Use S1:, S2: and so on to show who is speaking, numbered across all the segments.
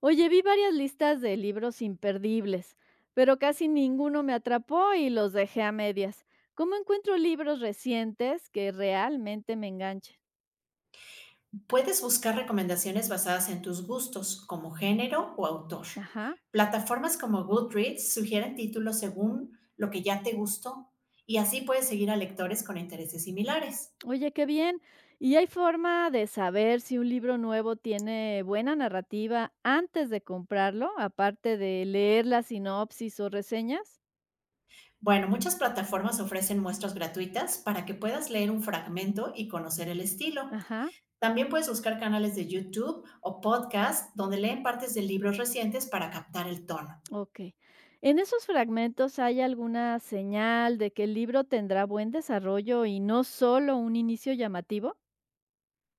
S1: Oye, vi varias listas de libros imperdibles, pero casi ninguno me atrapó y los dejé a medias. ¿Cómo encuentro libros recientes que realmente me enganchen?
S2: Puedes buscar recomendaciones basadas en tus gustos, como género o autor.
S1: Ajá.
S2: Plataformas como Goodreads sugieren títulos según lo que ya te gustó y así puedes seguir a lectores con intereses similares.
S1: Oye, qué bien. ¿Y hay forma de saber si un libro nuevo tiene buena narrativa antes de comprarlo, aparte de leer la sinopsis o reseñas?
S2: Bueno, muchas plataformas ofrecen muestras gratuitas para que puedas leer un fragmento y conocer el estilo.
S1: Ajá.
S2: También puedes buscar canales de YouTube o podcasts donde leen partes de libros recientes para captar el tono.
S1: Okey. ¿En esos fragmentos hay alguna señal de que el libro tendrá buen desarrollo y no solo un inicio llamativo?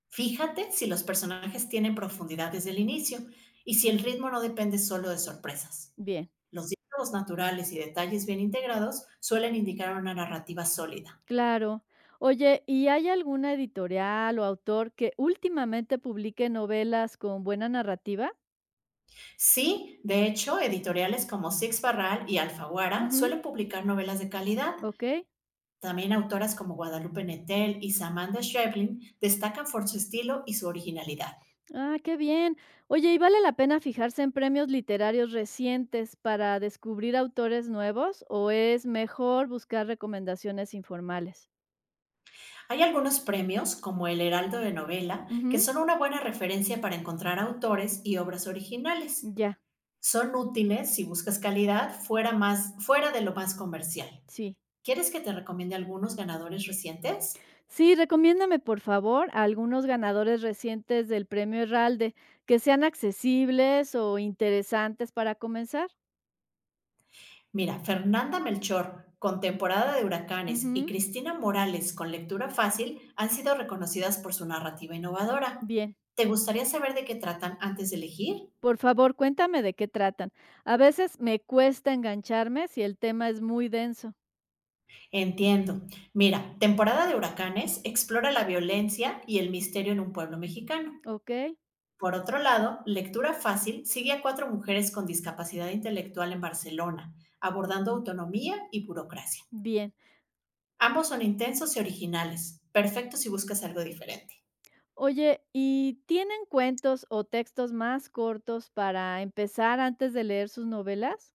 S2: Fíjate si los personajes tienen profundidad desde el inicio y si el ritmo no depende solo de sorpresas.
S1: Bien,
S2: Los diálogos naturales y detalles bien integrados suelen indicar una narrativa sólida.
S1: claro. Oye, ¿y hay alguna editorial o autor que últimamente publique novelas con buena narrativa?
S2: Sí, de hecho, editoriales como Six Barral y Alfaguara
S1: Ujú,
S2: suelen publicar novelas de calidad.
S1: okey.
S2: También autoras como Guadalupe Nettel y Samantha Schreblin destacan por su estilo y su originalidad.
S1: Ah, qué bien. Oye, ¿y vale la pena fijarse en premios literarios recientes para descubrir autores nuevos o es mejor buscar recomendaciones informales?
S2: Hay algunos premios, como el Heraldo de Novela, que
S1: Ujú,
S2: son una buena referencia para encontrar autores y obras originales.
S1: ya,
S2: Son útiles si buscas calidad fuera de lo más comercial.
S1: sí.
S2: ¿Quieres que te recomiende algunos ganadores recientes?
S1: Sí, recomiéndame por favor a algunos ganadores recientes del premio Herralde que sean accesibles o interesantes para comenzar.
S2: Mira, Fernanda Melchor con temporada de huracanes y
S1: Ujú.
S2: Cristina Morales con lectura fácil han sido reconocidas por su narrativa innovadora.
S1: Bien,
S2: ¿Te gustaría saber de qué tratan antes de elegir?
S1: por favor, cuéntame de qué tratan. A veces me cuesta engancharme si el tema es muy denso,
S2: Entiendo. Mira, temporada de huracanes explora la violencia y el misterio en un pueblo mexicano.
S1: ¿ok?
S2: Por otro lado, Lectura Fácil sigue a cuatro mujeres con discapacidad intelectual en Barcelona, abordando autonomía y burocracia.
S1: Bien.
S2: Ambos son intensos y originales, perfectos si buscas algo diferente.
S1: Oye, ¿y tienen cuentos o textos más cortos para empezar antes de leer sus novelas?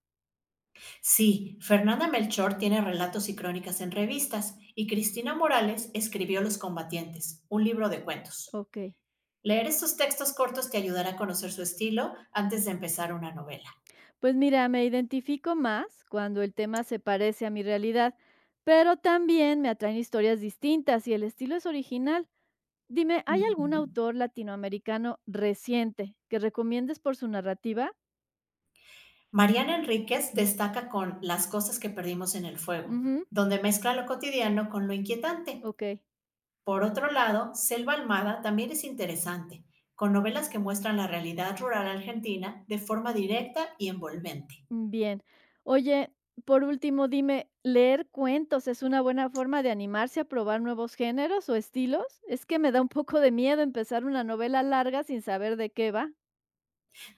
S2: Sí, Fernanda Melchor tiene relatos y crónicas en revistas y Cristina Morales escribió Los Combatientes, un libro de cuentos.
S1: Ok.
S2: Leer estos textos cortos te ayudará a conocer su estilo antes de empezar una novela.
S1: Pues mira, me identifico más cuando el tema se parece a mi realidad, pero también me atraen historias distintas y el estilo es original. Dime, ¿hay algún
S2: Ujú.
S1: autor latinoamericano reciente que recomiendes por su narrativa?
S2: Mariana Enríquez destaca con Las cosas que perdimos en el fuego,
S1: Ujú,
S2: donde mezcla lo cotidiano con lo inquietante.
S1: ok,
S2: Por otro lado, Selva Almada también es interesante, con novelas que muestran la realidad rural argentina de forma directa y envolvente.
S1: mm, bien. Oye, por último, dime, ¿leer cuentos es una buena forma de animarse a probar nuevos géneros o estilos? Es que me da un poco de miedo empezar una novela larga sin saber de qué va.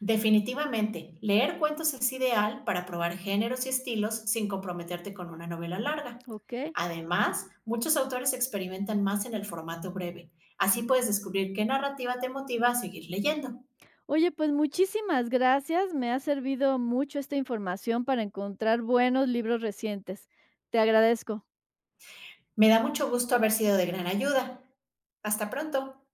S2: Definitivamente, leer cuentos es ideal para probar géneros y estilos sin comprometerte con una novela larga.
S1: Ok.
S2: Además, muchos autores experimentan más en el formato breve. Así puedes descubrir qué narrativa te motiva a seguir leyendo.
S1: Oye, pues muchísimas gracias. Me ha servido mucho esta información para encontrar buenos libros recientes. Te agradezco.
S2: Me da mucho gusto haber sido de gran ayuda. Hasta pronto.